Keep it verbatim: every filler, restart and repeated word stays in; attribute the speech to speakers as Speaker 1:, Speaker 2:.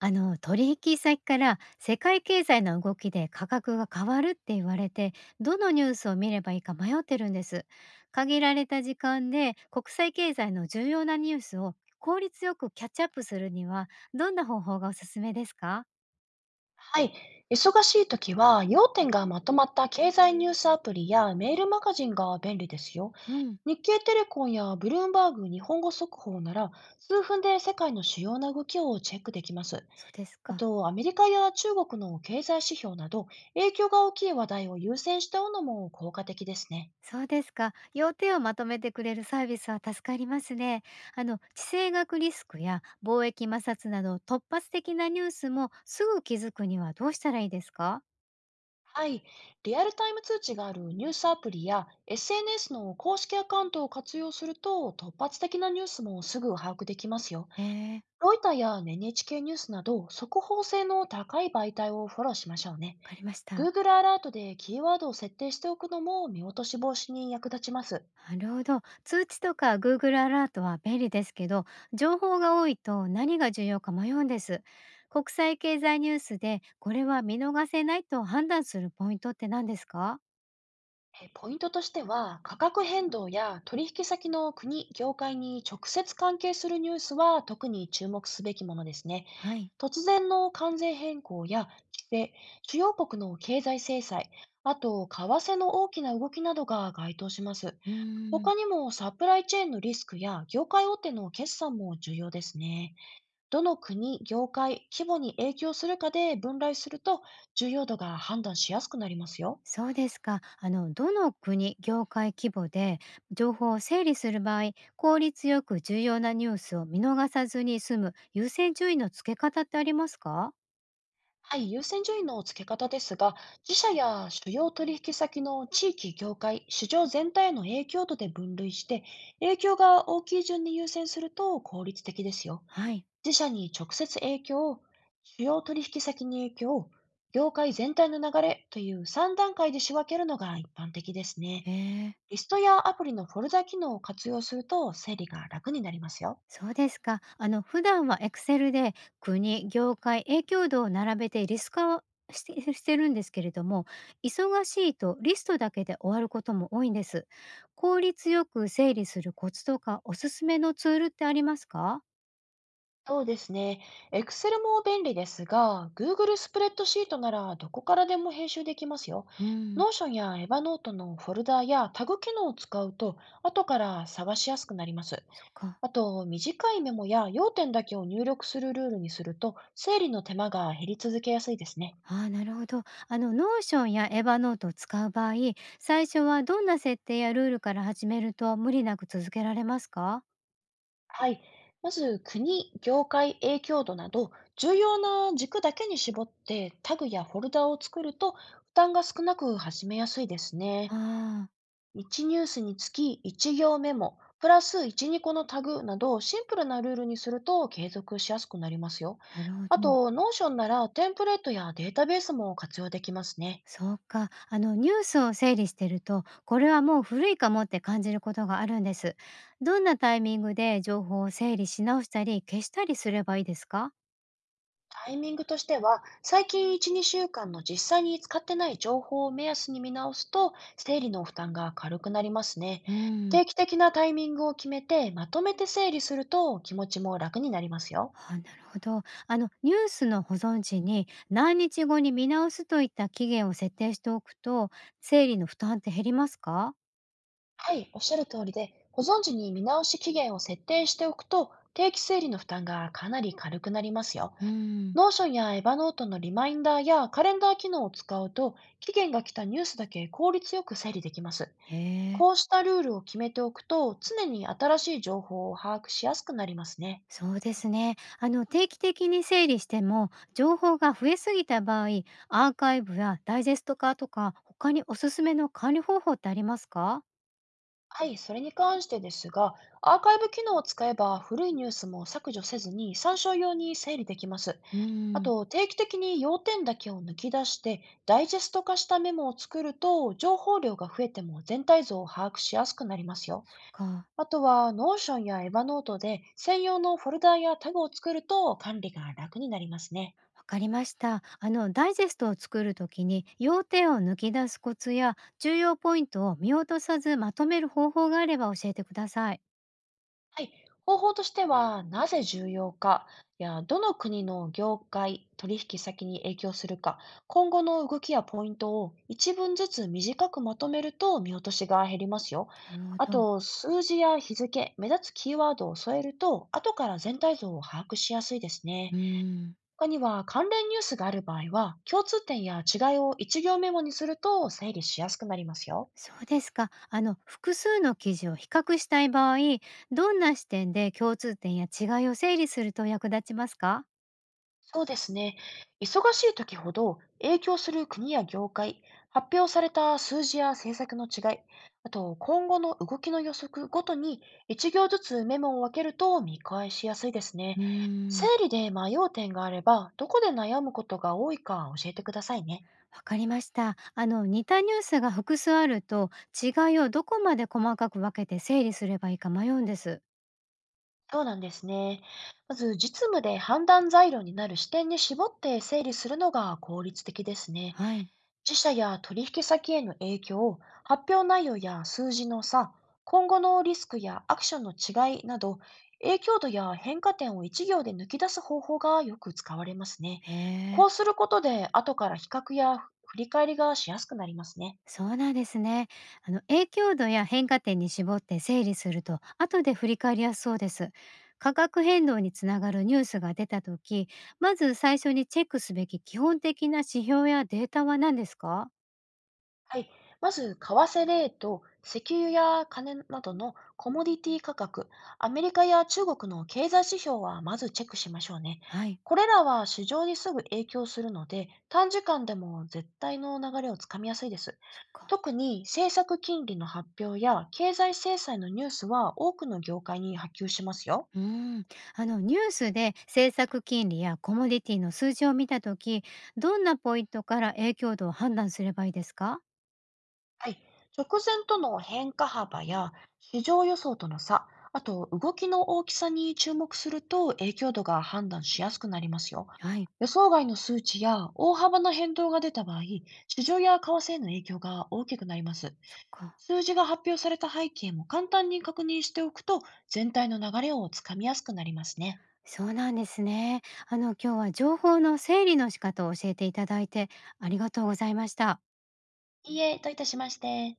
Speaker 1: あの取引先から世界経済の動きで価格が変わるって言われて、どのニュースを見ればいいか迷ってるんです。限られた時間で国際経済の重要なニュースを効率よくキャッチアップするにはどんな方法がおすすめですか？
Speaker 2: はい。忙しいときは、要点がまとまった経済ニュースアプリやメールマガジンが便利ですよ。
Speaker 1: うん。
Speaker 2: 日経テレコンやブルームバーグ日本語速報なら、数分で世界の主要な動きをチェックできます。
Speaker 1: そうです
Speaker 2: あ
Speaker 1: か。
Speaker 2: と、アメリカや中国の経済指標など、影響が大きい話題を優先しておくのも効果的ですね。
Speaker 1: そうですか。要点をまとめてくれるサービスは助かりますね。あの地政学リスクや貿易摩擦など突発的なニュースもすぐ気づくにはどうしたらいいですか？
Speaker 2: はい。リアルタイム通知があるニュースアプリや エスエヌエス の公式アカウントを活用すると、突発的なニュースもすぐ把握できますよ。
Speaker 1: ええ。
Speaker 2: ロイターや エヌエイチケー ニュースなど、速報性の高い媒体をフォローしましょうね。
Speaker 1: かりました。
Speaker 2: Google アラートでキーワードを設定しておくのも見落とし防止に役立ちます。
Speaker 1: なるほど。通知とか Google アラートは便利ですけど、情報が多いと何が重要か迷うんです。国際経済ニュースでこれは見逃せないと判断するポイントって何ですか？
Speaker 2: えポイントとしては、価格変動や取引先の国、業界に直接関係するニュースは特に注目すべきものですね。
Speaker 1: はい。
Speaker 2: 突然の関税変更や規制、主要国の経済制裁、あと為替の大きな動きなどが該当します。
Speaker 1: うーん。
Speaker 2: 他にもサプライチェーンのリスクや業界大手の決算も重要ですね。どの国、業界、規模に影響するかで分類すると重要度が判断しやすくなりますよ。
Speaker 1: そうですか。あの、どの国、業界規模で情報を整理する場合、効率よく重要なニュースを見逃さずに済む優先順位の付け方ってありますか？
Speaker 2: はい、優先順位の付け方ですが、自社や主要取引先の地域、業界、市場全体への影響度で分類して、影響が大きい順に優先すると効率的ですよ。
Speaker 1: はい。
Speaker 2: 自社に直接影響、主要取引先に影響、業界全体の流れというさん段階で仕分けるのが一般的ですね。
Speaker 1: ええ。
Speaker 2: リストやアプリのフォルダ機能を活用すると整理が楽になりますよ。
Speaker 1: そうですか。あの、普段は Excel で国、業界、影響度を並べてリスト化をしてしてるんですけれども、忙しいとリストだけで終わることも多いんです。効率よく整理するコツとかおすすめのツールってありますか？
Speaker 2: そうですね。Excel も便利ですが、Google スプレッドシートならどこからでも編集できますよ。
Speaker 1: うん、
Speaker 2: Notion や Evernote のフォルダやタグ機能を使うと、後から探しやすくなります。
Speaker 1: そっか。
Speaker 2: あと、短いメモや要点だけを入力するルールにすると、整理の手間が減り続けやすいですね。
Speaker 1: ああ、なるほど。あの、ノーションやエヴァノートを使う場合、最初はどんな設定やルールから始めると無理なく続けられますか？
Speaker 2: はい。まず、国、業界、影響度など、重要な軸だけに絞ってタグやフォルダを作ると、負担が少なく始めやすいですね。
Speaker 1: ああ
Speaker 2: いちニュースにつきいち行メモ、プラスいち、にこのタグなどシンプルなルールにすると継続しやすくなりますよ。
Speaker 1: ー、なるほ
Speaker 2: あ
Speaker 1: ど。
Speaker 2: と、Notion ならテンプレートやデータベースも活用できますね。
Speaker 1: そうか。あの、ニュースを整理してると、これはもう古いかもって感じることがあるんです。どんなタイミングで情報を整理し直したり、消したりすればいいですか？
Speaker 2: タイミングとしては、最近いち、にしゅうかんの実際に使ってない情報を目安に見直すと、整理の負担が軽くなりますね。
Speaker 1: うん、
Speaker 2: 定期的なタイミングを決めて、まとめて整理すると気持ちも楽になりますよ。
Speaker 1: あ、なるほど。あの、ニュースの保存時に何日後に見直すといった期限を設定しておくと、整理の負担って減りますか？
Speaker 2: はい、おっしゃる通りで、保存時に見直し期限を設定しておくと、定期整理の負担がかなり軽くなりますよ。
Speaker 1: うん。
Speaker 2: ノーションやエバノートのリマインダーやカレンダー機能を使うと、期限が来たニュースだけ効率よく整理できます。
Speaker 1: へえ。
Speaker 2: こうしたルールを決めておくと、常に新しい情報を把握しやすくなりますね。
Speaker 1: そうですね。あの定期的に整理しても情報が増えすぎた場合、アーカイブやダイジェスト化とか他におすすめの管理方法ってありますか？
Speaker 2: はい、それに関してですが、アーカイブ機能を使えば古いニュースも削除せずに参照用に整理できます。
Speaker 1: うー
Speaker 2: あ
Speaker 1: ん。
Speaker 2: と、定期的に要点だけを抜き出して、ダイジェスト化したメモを作ると、情報量が増えても全体像を把握しやすくなりますよ。
Speaker 1: そっか、
Speaker 2: あとは、ノーションやエヴァノートで専用のフォルダやタグを作ると管理が楽になりますね。
Speaker 1: わかりました。あのダイジェストを作る時に要点を抜き出すコツや重要ポイントを見落とさずまとめる方法があれば教えてください。
Speaker 2: はい、方法としては、なぜ重要かや、どの国の業界、取引先に影響するか、今後の動きやポイントを一文ずつ短くまとめると見落としが減りますよ。
Speaker 1: なる
Speaker 2: あ
Speaker 1: ほど。
Speaker 2: と、数字や日付、目立つキーワードを添えると、後から全体像を把握しやすいですね。
Speaker 1: うーん。
Speaker 2: 他には、関連ニュースがある場合は、共通点や違いを一行メモにすると整理しやすくなりますよ。
Speaker 1: そうですか。あの、複数の記事を比較したい場合、どんな視点で共通点や違いを整理すると役立ちますか？
Speaker 2: そうですね。忙しい時ほど影響する国や業界、発表された数字や政策の違い、あと今後の動きの予測ごとに一行ずつメモを分けると見返しやすいです
Speaker 1: う
Speaker 2: ね。
Speaker 1: ー
Speaker 2: 整
Speaker 1: ん。
Speaker 2: 理で迷う点があれば、どこで悩むことが多いか教えてくださいね。
Speaker 1: わかりました。あの、似たニュースが複数あると、違いをどこまで細かく分けて整理すればいいか迷うんです。
Speaker 2: そうなんですね。まず実務で判断材料になる視点に絞って整理するのが効率的ですね。
Speaker 1: はい。
Speaker 2: 自社や取引先への影響、発表内容や数字の差、今後のリスクやアクションの違いなど、影響度や変化点を一行で抜き出す方法がよく使われますね。
Speaker 1: へえ。
Speaker 2: こうすることで、後から比較や振り返りがしやすくなりますね。
Speaker 1: そうなんですね。あの影響度や変化点に絞って整理すると後で振り返りやすそうです。価格変動につながるニュースが出た時、まず最初にチェックすべき基本的な指標やデータは何ですか？
Speaker 2: はい。まず、為替レート、石油や金などのコモディティ価格、アメリカや中国の経済指標はまずチェックしましょうね。
Speaker 1: はい。
Speaker 2: これらは市場にすぐ影響するので、短時間でも絶対の流れをつかみやすいです。
Speaker 1: そっか。
Speaker 2: 特に政策金利の発表や経済制裁のニュースは多くの業界に波及しますよ。
Speaker 1: うーん。あのニュースで政策金利やコモディティの数字を見た時、どんなポイントから影響度を判断すればいいですか？
Speaker 2: はい。直前との変化幅や市場予想との差、あと動きの大きさに注目すると影響度が判断しやすくなりますよ。
Speaker 1: はい。
Speaker 2: 予想外の数値や大幅な変動が出た場合、市場や為替への影響が大きくなります。
Speaker 1: そっか。
Speaker 2: 数字が発表された背景も簡単に確認しておくと、全体の流れをつかみやすくなりますね。
Speaker 1: そうなんですね。あの今日は情報の整理の仕方を教えていただいてありがとうございました。
Speaker 2: いいえ、どういたしまして。